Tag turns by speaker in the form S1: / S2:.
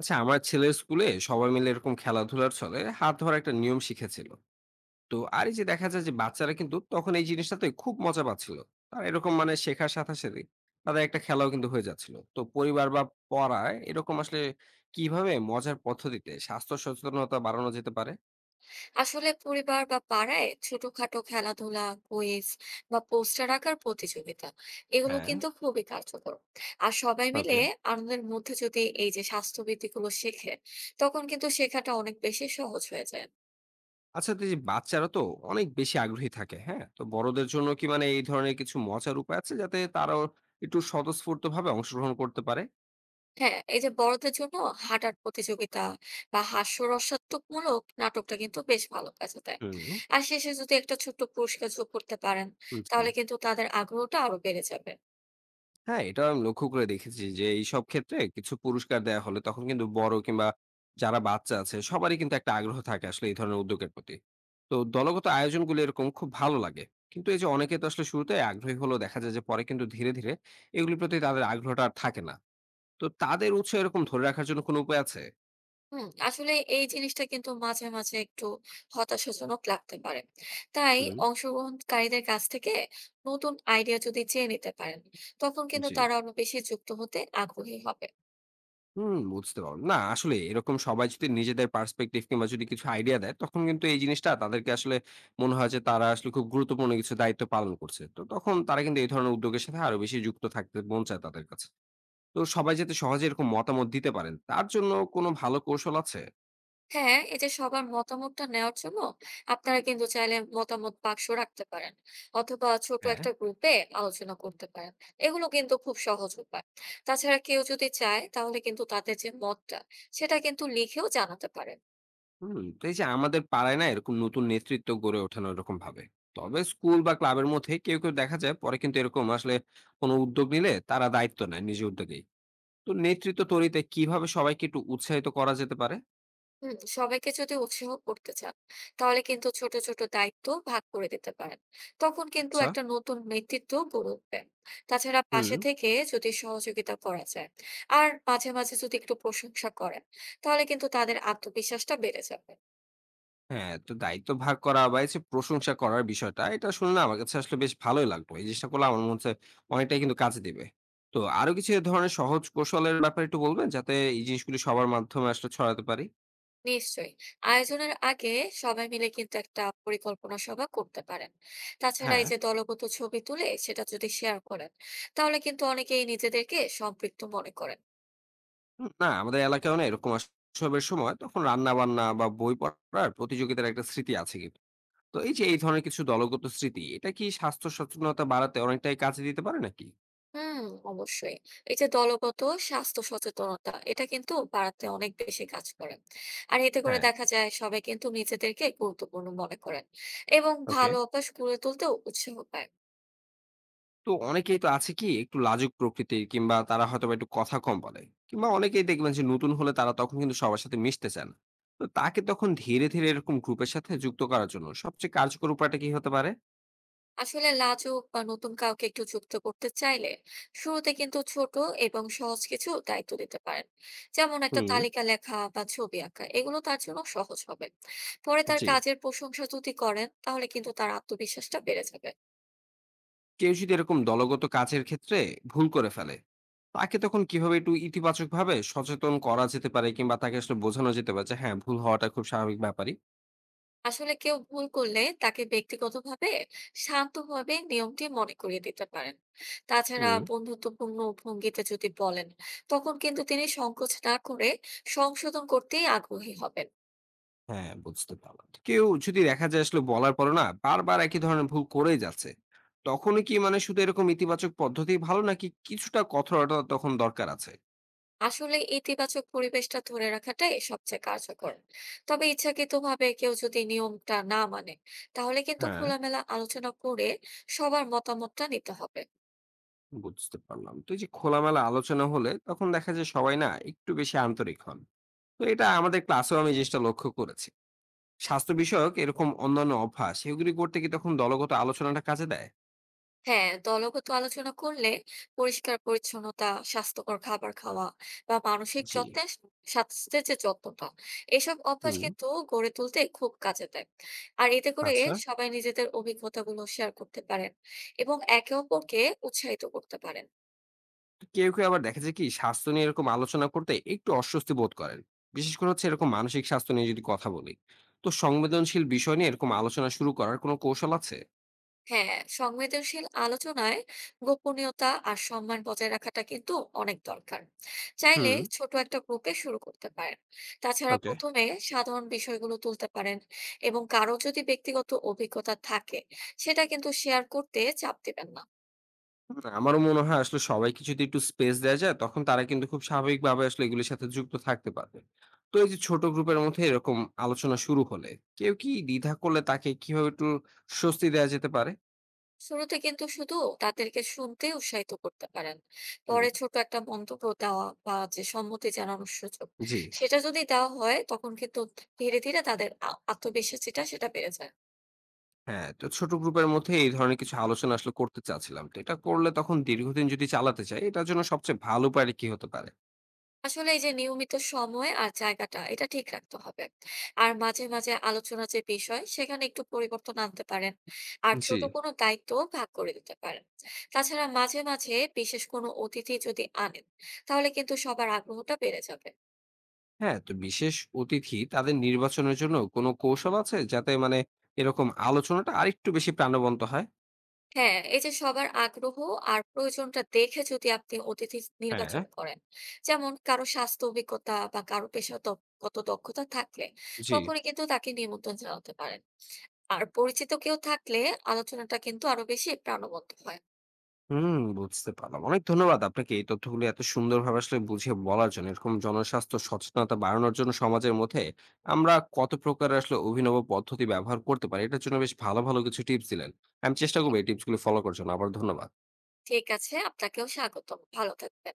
S1: আচ্ছা, আমার ছেলের স্কুলে সবাই মিলে এরকম খেলাধুলার চলে হাত ধরা একটা নিয়ম শিখেছিল। তো আর এই যে দেখা যায় যে বাচ্চারা কিন্তু তখন এই জিনিসটাতে খুব মজা পাচ্ছিল। আর এরকম শেখার সাথে সাথে তাদের একটা খেলাও কিন্তু হয়ে যাচ্ছিল। তো পরিবার বা পড়ায় এরকম আসলে কিভাবে মজার পদ্ধতিতে স্বাস্থ্য সচেতনতা বাড়ানো যেতে পারে?
S2: আসলে পরিবার বা পাড়ায় ছোটখাটো খেলাধুলা, কুইজ বা পোস্টার আঁকার প্রতিযোগিতা এগুলো
S1: হ্যাঁ।
S2: কিন্তু খুবই কার্যকর। আর সবাই মিলে
S1: ওকে।
S2: আনন্দের মধ্যে যদি এই যে স্বাস্থ্যবিধি গুলো শেখে, তখন কিন্তু শেখাটা অনেক বেশি সহজ হয়ে যায়।
S1: আচ্ছা, তো এই যে বাচ্চারা তো অনেক বেশি আগ্রহী থাকে। হ্যাঁ, তো বড়দের জন্য কি এই ধরনের কিছু মজার উপায় আছে, যাতে তারাও একটু স্বতঃস্ফূর্ত ভাবে অংশগ্রহণ করতে পারে?
S2: হ্যাঁ, এই যে বড়দের জন্য হাঁটার প্রতিযোগিতা বা হাস্যরসাত্মক মূলক নাটকটা কিন্তু বেশ ভালো কাজে দেয়।
S1: হুম।
S2: আর শেষে যদি একটা ছোট্ট পুরস্কার যোগ করতে পারেন,
S1: জি।
S2: তাহলে কিন্তু তাদের আগ্রহটা আরো বেড়ে যাবে।
S1: হ্যাঁ, এটা আমি লক্ষ্য করে দেখেছি যে এইসব ক্ষেত্রে কিছু পুরস্কার দেয়া হলে তখন কিন্তু বড় কিংবা যারা বাচ্চা আছে সবারই কিন্তু একটা আগ্রহ থাকে আসলে এই ধরনের উদ্যোগের প্রতি। তো দলগত আয়োজনগুলো এরকম খুব ভালো লাগে। কিন্তু এই যে অনেকে তো আসলে শুরুতে আগ্রহী হলেও দেখা যায় যে পরে কিন্তু ধীরে, ধীরে এগুলির প্রতি তাদের আগ্রহটা আর থাকে না। তো তাদের উৎস এরকম ধরে রাখার জন্য কোনো উপায় আছে?
S2: আসলে এই জিনিসটা কিন্তু মাঝে মাঝে একটু হতাশাজনক লাগতে পারে। তাই
S1: হুম।
S2: অংশগ্রহণকারীদের কাছ থেকে নতুন আইডিয়া যদি চেয়ে নিতে পারেন, তখন কিন্তু
S1: জি।
S2: তারা আরো বেশি যুক্ত হতে আগ্রহী হবে।
S1: হুম, বুঝতে পারলাম। না আসলে এরকম সবাই যদি নিজেদের পার্সপেক্টিভ কিংবা যদি কিছু আইডিয়া দেয়, তখন কিন্তু এই জিনিসটা তাদেরকে আসলে মনে হয় যে তারা আসলে খুব গুরুত্বপূর্ণ কিছু দায়িত্ব পালন করছে। তো তখন তারা কিন্তু এই ধরনের উদ্যোগের সাথে আরো বেশি যুক্ত থাকতে মন চায় তাদের কাছে। তো সবাই যাতে সহজে এরকম মতামত দিতে পারেন, তার জন্য কোনো ভালো কৌশল আছে?
S2: হ্যাঁ, এই যে সবার মতামতটা নেওয়ার জন্য আপনারা কিন্তু চাইলে মতামত বাক্স রাখতে পারেন, অথবা ছোট
S1: হ্যাঁ।
S2: একটা গ্রুপে আলোচনা করতে পারেন। এগুলো কিন্তু খুব সহজ উপায়। তাছাড়া কেউ যদি চায় তাহলে কিন্তু তাদের যে মতটা, সেটা কিন্তু লিখেও জানাতে পারে।
S1: হুম। তো এই যে আমাদের পাড়ায় না এরকম নতুন নেতৃত্ব গড়ে ওঠানো এরকম ভাবে। তবে স্কুল বা ক্লাবের মধ্যে কেউ, কেউ দেখা যায় পরে কিন্তু এরকম আসলে কোনো উদ্যোগ নিলে তারা দায়িত্ব নেয় নিজের উদ্যোগেই। তো নেতৃত্ব তৈরিতে কিভাবে সবাইকে একটু উৎসাহিত করা যেতে পারে?
S2: সবাইকে যদি উৎসাহ করতে চান, তাহলে কিন্তু ছোট ছোট দায়িত্ব ভাগ করে দিতে পারেন। তখন কিন্তু
S1: আচ্ছা।
S2: একটা নতুন নেতৃত্ব গড়ে উঠবে। তাছাড়া
S1: হুম।
S2: পাশে থেকে যদি সহযোগিতা করা যায়, আর মাঝে মাঝে যদি একটু প্রশংসা করেন, তাহলে কিন্তু তাদের আত্মবিশ্বাসটা বেড়ে যাবে।
S1: হ্যাঁ, তো দায়িত্ব ভাগ করা বা এই যে প্রশংসা করার বিষয়টা, এটা শুনে না আমার কাছে আসলে বেশ ভালোই লাগলো। এই জিনিসটা করলে আমার মনে হচ্ছে অনেকটাই কিন্তু কাজে দিবে। তো আরো কিছু এ ধরনের সহজ কৌশলের ব্যাপারে একটু বলবেন? যাতে এই জিনিসগুলি সবার মাধ্যমে আসলে ছড়াতে পারি।
S2: নিশ্চয়ই। আয়োজনের আগে সবাই মিলে কিন্তু একটা পরিকল্পনা সভা করতে পারেন। তাছাড়া
S1: হ্যাঁ।
S2: এই যে দলগত ছবি তুলে সেটা যদি শেয়ার করেন, তাহলে কিন্তু অনেকেই নিজেদেরকে সম্পৃক্ত মনে করেন।
S1: হুম, না আমাদের এলাকায়ও না এরকম উৎসবের সময় তখন রান্নাবান্না বা বই পড়ার প্রতিযোগিতার একটা স্মৃতি আছে কিন্তু। তো এই যে এই ধরনের কিছু দলগত স্মৃতি, এটা কি স্বাস্থ্য সচেতনতা বাড়াতে অনেকটাই কাজে দিতে পারে নাকি?
S2: হুম, অবশ্যই। এই যে দলগত স্বাস্থ্য সচেতনতা, এটা কিন্তু বাড়াতে অনেক বেশি কাজ করে। আর এতে করে
S1: হ্যাঁ।
S2: দেখা যায় সবাই কিন্তু নিজেদেরকে গুরুত্বপূর্ণ মনে করেন এবং
S1: ওকে।
S2: ভালো অভ্যাস গড়ে তুলতেও উৎসাহ পায়।
S1: তো অনেকেই তো আছে কি একটু লাজুক প্রকৃতির, কিংবা তারা হয়তো বা একটু কথা কম বলে, কিংবা অনেকেই দেখবেন যে নতুন হলে তারা তখন কিন্তু সবার সাথে মিশতে চান। তো তাকে তখন ধীরে ধীরে এরকম গ্রুপের সাথে যুক্ত করার জন্য সবচেয়ে কার্যকর উপায়টা কি হতে পারে?
S2: আসলে লাজুক বা নতুন কাউকে একটু যুক্ত করতে চাইলে শুরুতে কিন্তু ছোট এবং সহজ কিছু দায়িত্ব দিতে পারেন। যেমন একটা
S1: হুম।
S2: তালিকা লেখা বা ছবি আঁকা, এগুলো তার জন্য সহজ হবে। পরে তার
S1: জি।
S2: কাজের প্রশংসা যদি করেন, তাহলে কিন্তু তার আত্মবিশ্বাসটা বেড়ে যাবে।
S1: কেউ যদি এরকম দলগত কাজের ক্ষেত্রে ভুল করে ফেলে, তাকে তখন কিভাবে একটু ইতিবাচক ভাবে সচেতন করা যেতে পারে, কিংবা তাকে আসলে বোঝানো যেতে পারে যে হ্যাঁ, ভুল হওয়াটা খুব স্বাভাবিক ব্যাপারই?
S2: আসলে কেউ ভুল করলে তাকে ব্যক্তিগতভাবে শান্তভাবে নিয়মটি মনে করিয়ে দিতে পারেন। তাছাড়া বন্ধুত্বপূর্ণ ভঙ্গিতে যদি বলেন, তখন কিন্তু তিনি সংকোচ না করে সংশোধন করতেই আগ্রহী হবেন।
S1: হ্যাঁ, বুঝতে পারলাম। কেউ যদি দেখা যায় আসলে বলার পরও না বারবার একই ধরনের ভুল করেই যাচ্ছে, তখনই কি শুধু এরকম ইতিবাচক পদ্ধতি ভালো, নাকি কিছুটা কঠোরতা তখন দরকার আছে?
S2: আসলে ইতিবাচক পরিবেশটা ধরে রাখাটাই সবচেয়ে কার্যকর। তবে ইচ্ছাকৃতভাবে কেউ যদি নিয়মটা না মানে, তাহলে কিন্তু
S1: হ্যাঁ।
S2: খোলামেলা আলোচনা করে সবার মতামতটা নিতে হবে।
S1: বুঝতে পারলাম। তো এই যে খোলামেলা আলোচনা হলে তখন দেখা যায় সবাই না একটু বেশি আন্তরিক হন। তো এটা আমাদের ক্লাসেও আমি জিনিসটা লক্ষ্য করেছি। স্বাস্থ্য বিষয়ক এরকম অন্যান্য অভ্যাস এগুলি করতে কি তখন দলগত আলোচনাটা কাজে দেয়?
S2: হ্যাঁ, দলগত আলোচনা করলে পরিষ্কার পরিচ্ছন্নতা, স্বাস্থ্যকর খাবার খাওয়া বা মানসিক
S1: জি।
S2: যত্নে স্বাস্থ্যের যে যত্নটা, এসব অভ্যাস
S1: হুম।
S2: কিন্তু গড়ে তুলতে খুব কাজে দেয়। আর এতে করে
S1: আচ্ছা।
S2: সবাই নিজেদের অভিজ্ঞতাগুলো শেয়ার করতে পারেন এবং একে অপরকে উৎসাহিত করতে পারেন।
S1: কেউ, কেউ আবার দেখা যায় কি স্বাস্থ্য নিয়ে এরকম আলোচনা করতে একটু অস্বস্তি বোধ করেন। বিশেষ করে হচ্ছে এরকম মানসিক স্বাস্থ্য নিয়ে যদি কথা বলি। তো সংবেদনশীল বিষয় নিয়ে এরকম আলোচনা শুরু করার কোনো কৌশল আছে?
S2: হ্যাঁ, সংবেদনশীল আলোচনায় গোপনীয়তা আর সম্মান বজায় রাখাটা কিন্তু অনেক দরকার। চাইলে
S1: হুম।
S2: ছোট একটা গ্রুপে শুরু করতে পারেন। তাছাড়া
S1: ওকে।
S2: প্রথমে সাধারণ বিষয়গুলো তুলতে পারেন, এবং কারো যদি ব্যক্তিগত অভিজ্ঞতা থাকে, সেটা কিন্তু শেয়ার করতে চাপ দিবেন না।
S1: হুম, আমারও মনে হয় আসলে সবাইকে যদি একটু স্পেস দেয়া যায় তখন তারা কিন্তু খুব স্বাভাবিকভাবে আসলে এগুলির সাথে যুক্ত থাকতে পারবে। তো এই যে ছোট গ্রুপের মধ্যে এরকম আলোচনা শুরু হলে, কেউ কি দ্বিধা করলে তাকে কিভাবে একটু স্বস্তি দেয়া যেতে পারে?
S2: শুরুতে কিন্তু শুধু তাদেরকে শুনতে উৎসাহিত করতে পারেন।
S1: হুম।
S2: পরে ছোট একটা মন্তব্য দেওয়া বা যে সম্মতি জানানোর সুযোগ
S1: জি।
S2: সেটা যদি দেওয়া হয়, তখন কিন্তু ধীরে ধীরে তাদের আত্মবিশ্বাস যেটা সেটা বেড়ে যায়।
S1: হ্যাঁ, তো ছোট গ্রুপের মধ্যে এই ধরনের কিছু আলোচনা আসলে করতে চাচ্ছিলাম। তো এটা করলে তখন দীর্ঘদিন যদি চালাতে চাই, এটার জন্য সবচেয়ে ভালো উপায়টা কি হতে পারে?
S2: আসলে এই যে নিয়মিত সময় আর জায়গাটা এটা ঠিক রাখতে হবে। আর মাঝে মাঝে আলোচনা যে বিষয় সেখানে একটু পরিবর্তন আনতে পারেন, আর
S1: জি।
S2: ছোট কোনো দায়িত্ব ভাগ করে দিতে পারেন। তাছাড়া মাঝে মাঝে বিশেষ কোনো অতিথি যদি আনেন, তাহলে কিন্তু সবার আগ্রহটা বেড়ে যাবে।
S1: হ্যাঁ, তো বিশেষ অতিথি তাদের নির্বাচনের জন্য কোনো কৌশল আছে? যাতে এরকম আলোচনাটা আরেকটু বেশি প্রাণবন্ত হয়?
S2: হ্যাঁ, এই যে সবার আগ্রহ আর প্রয়োজনটা দেখে যদি আপনি অতিথি
S1: হ্যাঁ।
S2: নির্বাচন করেন, যেমন কারো স্বাস্থ্য অভিজ্ঞতা বা কারো পেশাগত দক্ষতা থাকলে,
S1: জি।
S2: তখনই কিন্তু তাকে নিমন্ত্রণ জানাতে পারেন। আর পরিচিত কেউ থাকলে আলোচনাটা কিন্তু আরো বেশি প্রাণবন্ত হয়।
S1: হুম, বুঝতে পারলাম। অনেক ধন্যবাদ আপনাকে এই তথ্যগুলো এত সুন্দরভাবে আসলে বুঝিয়ে বলার জন্য। এরকম জনস্বাস্থ্য সচেতনতা বাড়ানোর জন্য সমাজের মধ্যে আমরা কত প্রকার আসলে অভিনব পদ্ধতি ব্যবহার করতে পারি, এটার জন্য বেশ ভালো, ভালো কিছু টিপস দিলেন। আমি চেষ্টা করব এই টিপসগুলো ফলো করার জন্য। আবার ধন্যবাদ।
S2: ঠিক আছে, আপনাকেও স্বাগতম, ভালো থাকবেন।